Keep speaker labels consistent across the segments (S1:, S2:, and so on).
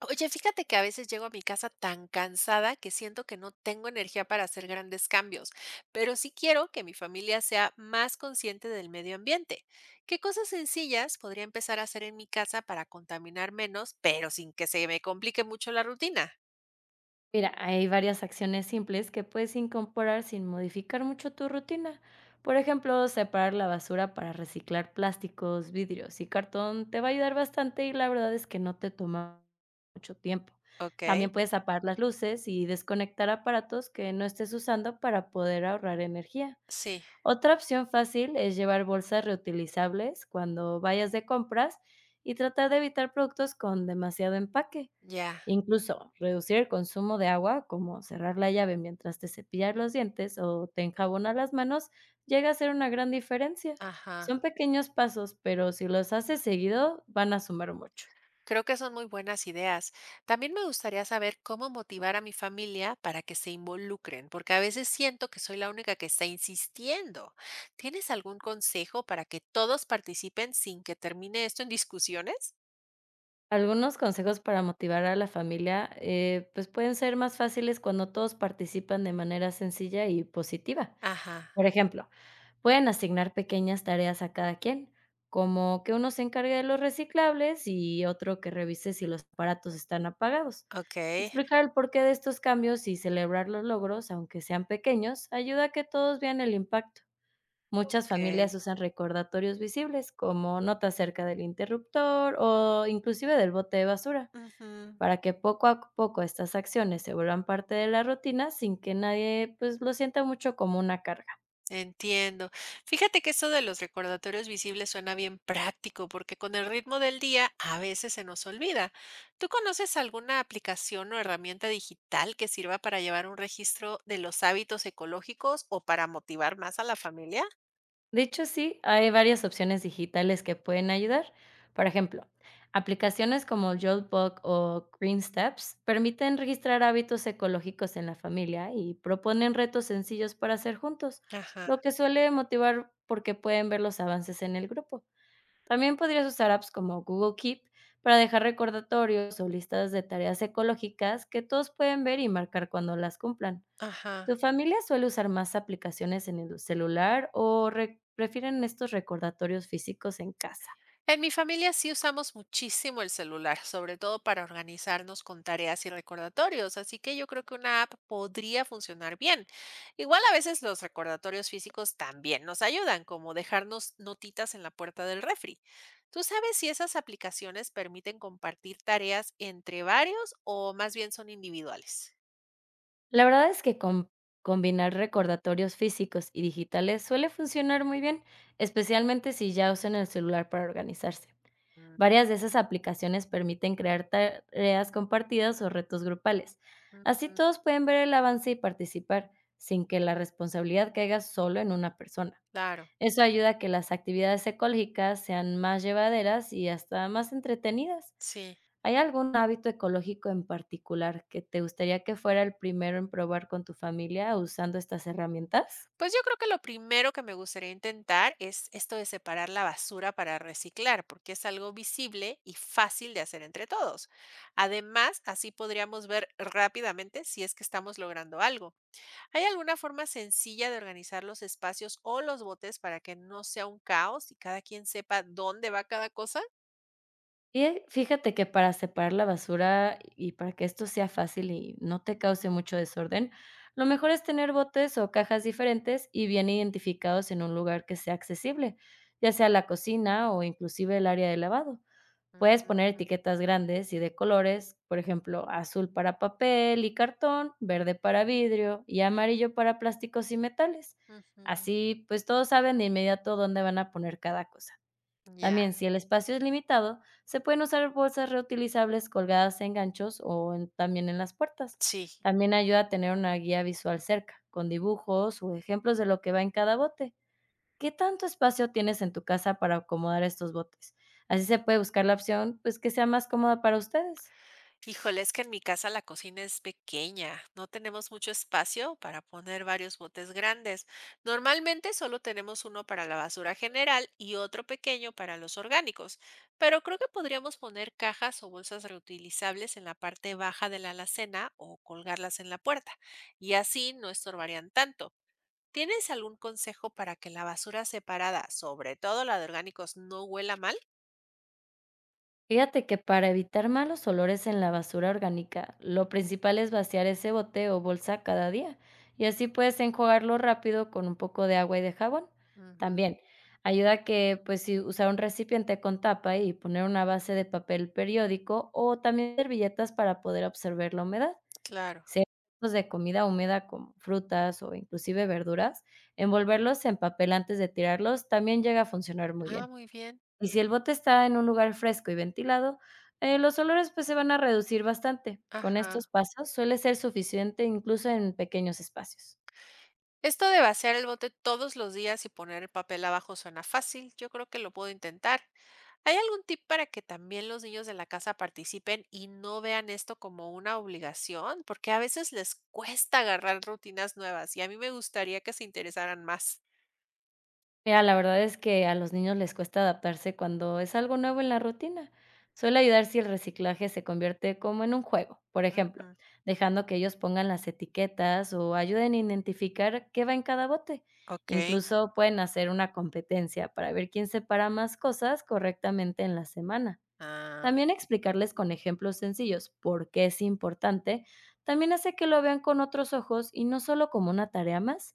S1: Oye, fíjate que a veces llego a mi casa tan cansada que siento que no tengo energía para hacer grandes cambios, pero sí quiero que mi familia sea más consciente del medio ambiente. ¿Qué cosas sencillas podría empezar a hacer en mi casa para contaminar menos, pero sin que se me complique mucho la rutina?
S2: Mira, hay varias acciones simples que puedes incorporar sin modificar mucho tu rutina. Por ejemplo, separar la basura para reciclar plásticos, vidrios y cartón te va a ayudar bastante y la verdad es que no te toma mucho tiempo.
S1: Ok,
S2: También puedes apagar las luces y desconectar aparatos que no estés usando para poder ahorrar energía.
S1: sí,
S2: Otra opción fácil es llevar bolsas reutilizables cuando vayas de compras y tratar de evitar productos con demasiado empaque.
S1: ya,
S2: Incluso reducir el consumo de agua, como cerrar la llave mientras te cepillas los dientes o te enjabonas las manos, llega a ser una gran diferencia.
S1: ajá.
S2: Son pequeños pasos, pero si los haces seguido, van a sumar mucho.
S1: Creo que son muy buenas ideas. También me gustaría saber cómo motivar a mi familia para que se involucren, porque a veces siento que soy la única que está insistiendo. ¿Tienes algún consejo para que todos participen sin que termine esto en discusiones?
S2: Algunos consejos para motivar a la familia, pues pueden ser más fáciles cuando todos participan de manera sencilla y positiva.
S1: Ajá,
S2: Por ejemplo, pueden asignar pequeñas tareas a cada quien, como que uno se encargue de los reciclables y otro que revise si los aparatos están apagados.
S1: ok,
S2: Explicar el porqué de estos cambios y celebrar los logros, aunque sean pequeños, ayuda a que todos vean el impacto. Muchas
S1: ok.
S2: familias usan recordatorios visibles, como notas cerca del interruptor o inclusive del bote de basura,
S1: Ujú.
S2: para que poco a poco estas acciones se vuelvan parte de la rutina sin que nadie pues lo sienta mucho como una carga.
S1: Entiendo. Fíjate que eso de los recordatorios visibles suena bien práctico porque con el ritmo del día a veces se nos olvida. ¿Tú conoces alguna aplicación o herramienta digital que sirva para llevar un registro de los hábitos ecológicos o para motivar más a la familia?
S2: De hecho, sí, hay varias opciones digitales que pueden ayudar. Por ejemplo, aplicaciones como Jotbook o Green Steps permiten registrar hábitos ecológicos en la familia y proponen retos sencillos para hacer juntos,
S1: Ajá,
S2: lo que suele motivar porque pueden ver los avances en el grupo. También podrías usar apps como Google Keep para dejar recordatorios o listas de tareas ecológicas que todos pueden ver y marcar cuando las cumplan.
S1: ajá.
S2: ¿Tu familia suele usar más aplicaciones en el celular o prefieren estos recordatorios físicos en casa?
S1: En mi familia sí usamos muchísimo el celular, sobre todo para organizarnos con tareas y recordatorios, así que yo creo que una app podría funcionar bien. Igual a veces los recordatorios físicos también nos ayudan, como dejarnos notitas en la puerta del refri. ¿Tú sabes si esas aplicaciones permiten compartir tareas entre varios o más bien son individuales?
S2: La verdad es que combinar recordatorios físicos y digitales suele funcionar muy bien, especialmente si ya usan el celular para organizarse.
S1: Mm,
S2: Varias de esas aplicaciones permiten crear tareas compartidas o retos grupales.
S1: mm,
S2: Así
S1: mm,
S2: todos pueden ver el avance y participar, sin que la responsabilidad caiga solo en una persona.
S1: claro,
S2: Eso ayuda a que las actividades ecológicas sean más llevaderas y hasta más entretenidas.
S1: sí.
S2: ¿Hay algún hábito ecológico en particular que te gustaría que fuera el primero en probar con tu familia usando estas herramientas?
S1: Pues yo creo que lo primero que me gustaría intentar es esto de separar la basura para reciclar, porque es algo visible y fácil de hacer entre todos. Además, así podríamos ver rápidamente si es que estamos logrando algo. ¿Hay alguna forma sencilla de organizar los espacios o los botes para que no sea un caos y cada quien sepa dónde va cada cosa?
S2: Y fíjate que para separar la basura y para que esto sea fácil y no te cause mucho desorden, lo mejor es tener botes o cajas diferentes y bien identificados en un lugar que sea accesible, ya sea la cocina o inclusive el área de lavado. Puedes
S1: Mm,
S2: poner etiquetas grandes y de colores, por ejemplo, azul para papel y cartón, verde para vidrio y amarillo para plásticos y metales.
S1: ujú.
S2: Así, pues todos saben de inmediato dónde van a poner cada cosa.
S1: Ya,
S2: También, si el espacio es limitado, se pueden usar bolsas reutilizables colgadas en ganchos o también en las puertas.
S1: sí.
S2: También ayuda a tener una guía visual cerca, con dibujos o ejemplos de lo que va en cada bote. ¿Qué tanto espacio tienes en tu casa para acomodar estos botes? Así se puede buscar la opción, pues, que sea más cómoda para ustedes.
S1: Híjole, es que en mi casa la cocina es pequeña, no tenemos mucho espacio para poner varios botes grandes. Normalmente solo tenemos uno para la basura general y otro pequeño para los orgánicos, pero creo que podríamos poner cajas o bolsas reutilizables en la parte baja de la alacena o colgarlas en la puerta, y así no estorbarían tanto. ¿Tienes algún consejo para que la basura separada, sobre todo la de orgánicos, no huela mal?
S2: Fíjate que para evitar malos olores en la basura orgánica, lo principal es vaciar ese bote o bolsa cada día, y así puedes enjuagarlo rápido con un poco de agua y de jabón.
S1: Ujú,
S2: También ayuda a que, pues, si usar un recipiente con tapa y poner una base de papel periódico o también servilletas para poder absorber la humedad.
S1: claro.
S2: Cestos de comida húmeda como frutas o inclusive verduras, envolverlos en papel antes de tirarlos también llega a funcionar muy
S1: Ah,
S2: bien.
S1: muy bien.
S2: Y si el bote está en un lugar fresco y ventilado, los olores pues se van a reducir bastante. Con estos
S1: Ajá.
S2: pasos suele ser suficiente incluso en pequeños espacios.
S1: Esto de vaciar el bote todos los días y poner el papel abajo suena fácil, yo creo que lo puedo intentar. ¿Hay algún tip para que también los niños de la casa participen y no vean esto como una obligación? Porque a veces les cuesta agarrar rutinas nuevas y a mí me gustaría que se interesaran más.
S2: Mira, la verdad es que a los niños les cuesta adaptarse cuando es algo nuevo en la rutina. Suele ayudar si el reciclaje se convierte como en un juego, por ejemplo,
S1: Ujú,
S2: dejando que ellos pongan las etiquetas o ayuden a identificar qué va en cada bote.
S1: ok.
S2: Incluso pueden hacer una competencia para ver quién separa más cosas correctamente en la semana.
S1: Ah,
S2: También explicarles con ejemplos sencillos por qué es importante, también hace que lo vean con otros ojos y no solo como una tarea más.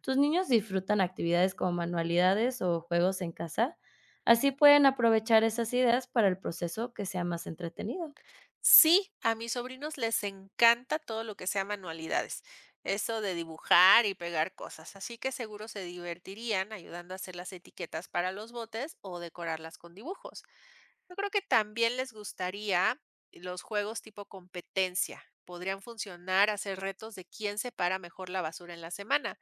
S2: ¿Tus niños disfrutan actividades como manualidades o juegos en casa? Así pueden aprovechar esas ideas para el proceso que sea más entretenido.
S1: sí, a mis sobrinos les encanta todo lo que sea manualidades, eso de dibujar y pegar cosas, así que seguro se divertirían ayudando a hacer las etiquetas para los botes o decorarlas con dibujos. Yo creo que también les gustaría los juegos tipo competencia. Podrían funcionar hacer retos de quién separa mejor la basura en la semana.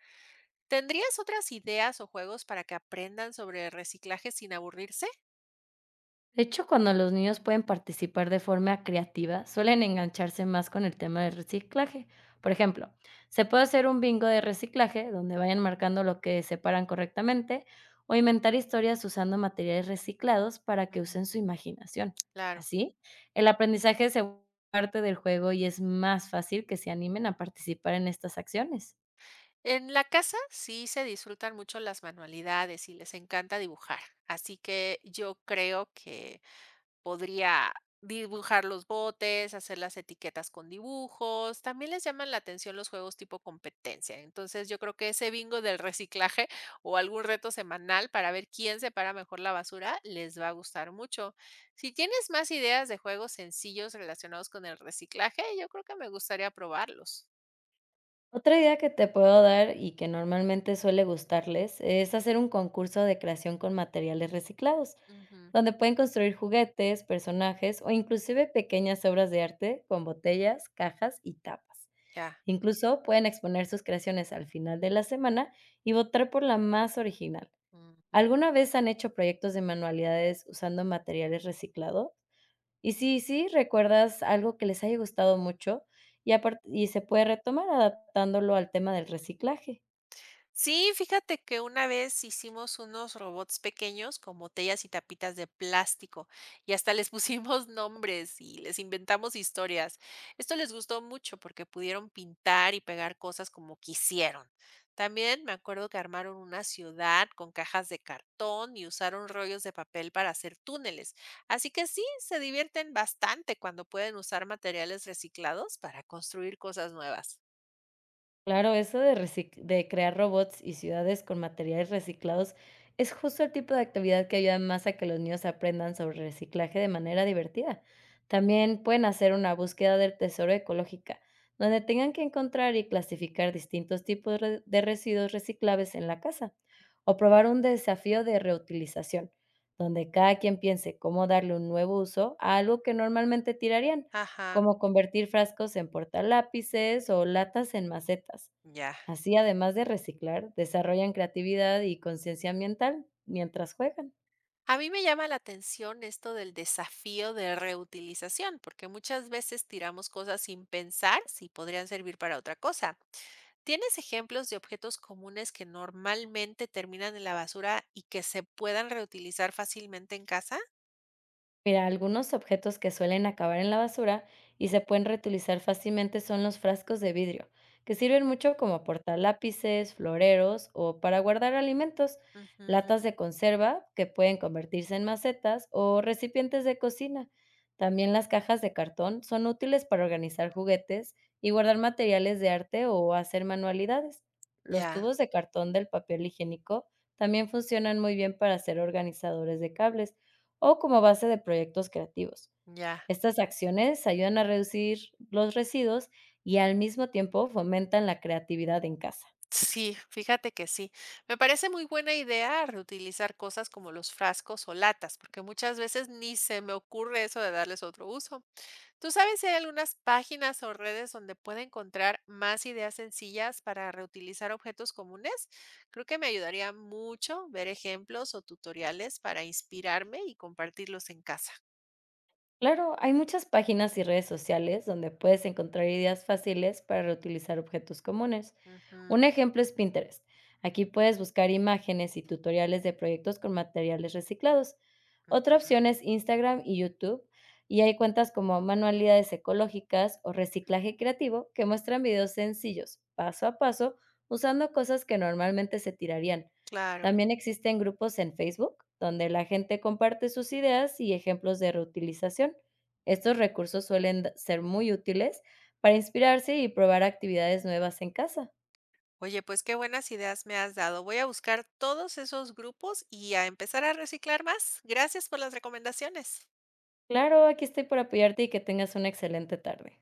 S1: ¿Tendrías otras ideas o juegos para que aprendan sobre reciclaje sin aburrirse?
S2: De hecho, cuando los niños pueden participar de forma creativa, suelen engancharse más con el tema del reciclaje. Por ejemplo, se puede hacer un bingo de reciclaje donde vayan marcando lo que separan correctamente o inventar historias usando materiales reciclados para que
S1: Ujú.
S2: usen su imaginación.
S1: Claro.
S2: Así, el aprendizaje se vuelve parte del juego y es más fácil que se animen a participar en estas acciones.
S1: En la casa sí se disfrutan mucho las manualidades y les encanta dibujar, así que yo creo que podría dibujar los botes, hacer las etiquetas con dibujos, también les llaman la atención los juegos tipo competencia, entonces yo creo que ese bingo del reciclaje o algún reto semanal para ver quién separa mejor la basura les va a gustar mucho. Si tienes más ideas de juegos sencillos relacionados con el reciclaje, yo creo que me gustaría probarlos.
S2: Otra idea que te puedo dar y que normalmente suele gustarles es hacer un concurso de creación con materiales reciclados,
S1: Ujú,
S2: donde pueden construir juguetes, personajes o inclusive pequeñas obras de arte con botellas, cajas y tapas.
S1: ya.
S2: Incluso pueden exponer sus creaciones al final de la semana y votar por la más original. ¿Alguna vez han hecho proyectos de manualidades usando materiales reciclados? Y sí, ¿recuerdas algo que les haya gustado mucho y apart y se puede retomar adaptándolo al tema del reciclaje?
S1: Sí, fíjate que una vez hicimos unos robots pequeños con botellas y tapitas de plástico y hasta les pusimos nombres y les inventamos historias. Esto les gustó mucho porque pudieron pintar y pegar cosas como quisieron. También me acuerdo que armaron una ciudad con cajas de cartón y usaron rollos de papel para hacer túneles. Así que sí, se divierten bastante cuando pueden usar materiales reciclados para construir cosas nuevas.
S2: Claro, eso de recic de crear robots y ciudades con materiales reciclados es justo el tipo de actividad que ayuda más a que los niños aprendan sobre reciclaje de manera divertida. También pueden hacer una búsqueda del tesoro ecológica, donde tengan que encontrar y clasificar distintos tipos de residuos reciclables en la casa, o probar un desafío de reutilización, donde cada quien piense cómo darle un nuevo uso a algo que normalmente tirarían,
S1: Ajá,
S2: como convertir frascos en portalápices o latas en macetas.
S1: ya.
S2: Así, además de reciclar, desarrollan creatividad y conciencia ambiental mientras juegan.
S1: A mí me llama la atención esto del desafío de reutilización, porque muchas veces tiramos cosas sin pensar si podrían servir para otra cosa. ¿Tienes ejemplos de objetos comunes que normalmente terminan en la basura y que se puedan reutilizar fácilmente en casa?
S2: Mira, algunos objetos que suelen acabar en la basura y se pueden reutilizar fácilmente son los frascos de vidrio, que sirven mucho como portar lápices, floreros o para guardar alimentos,
S1: Ujú,
S2: latas de conserva que pueden convertirse en macetas o recipientes de cocina. También las cajas de cartón son útiles para organizar juguetes y guardar materiales de arte o hacer manualidades. Los
S1: ya,
S2: tubos de cartón del papel higiénico también funcionan muy bien para ser organizadores de cables o como base de proyectos creativos.
S1: ya.
S2: Estas acciones ayudan a reducir los residuos y al mismo tiempo fomentan la creatividad en casa.
S1: Sí, fíjate que sí. Me parece muy buena idea reutilizar cosas como los frascos o latas, porque muchas veces ni se me ocurre eso de darles otro uso. ¿Tú sabes si hay algunas páginas o redes donde pueda encontrar más ideas sencillas para reutilizar objetos comunes? Creo que me ayudaría mucho ver ejemplos o tutoriales para inspirarme y compartirlos en casa.
S2: Claro, hay muchas páginas y redes sociales donde puedes encontrar ideas fáciles para reutilizar objetos comunes.
S1: Ujú,
S2: Un ejemplo es Pinterest. Aquí puedes buscar imágenes y tutoriales de proyectos con materiales reciclados. Otra
S1: ujú,
S2: opción es Instagram y YouTube, y hay cuentas como Manualidades Ecológicas o Reciclaje Creativo que muestran videos sencillos, paso a paso, usando cosas que normalmente se tirarían.
S1: claro.
S2: También existen grupos en Facebook donde la gente comparte sus ideas y ejemplos de reutilización. Estos recursos suelen ser muy útiles para inspirarse y probar actividades nuevas en casa.
S1: Oye, pues qué buenas ideas me has dado. Voy a buscar todos esos grupos y a empezar a reciclar más. Gracias por las recomendaciones.
S2: Claro, aquí estoy por apoyarte y que tengas una excelente tarde.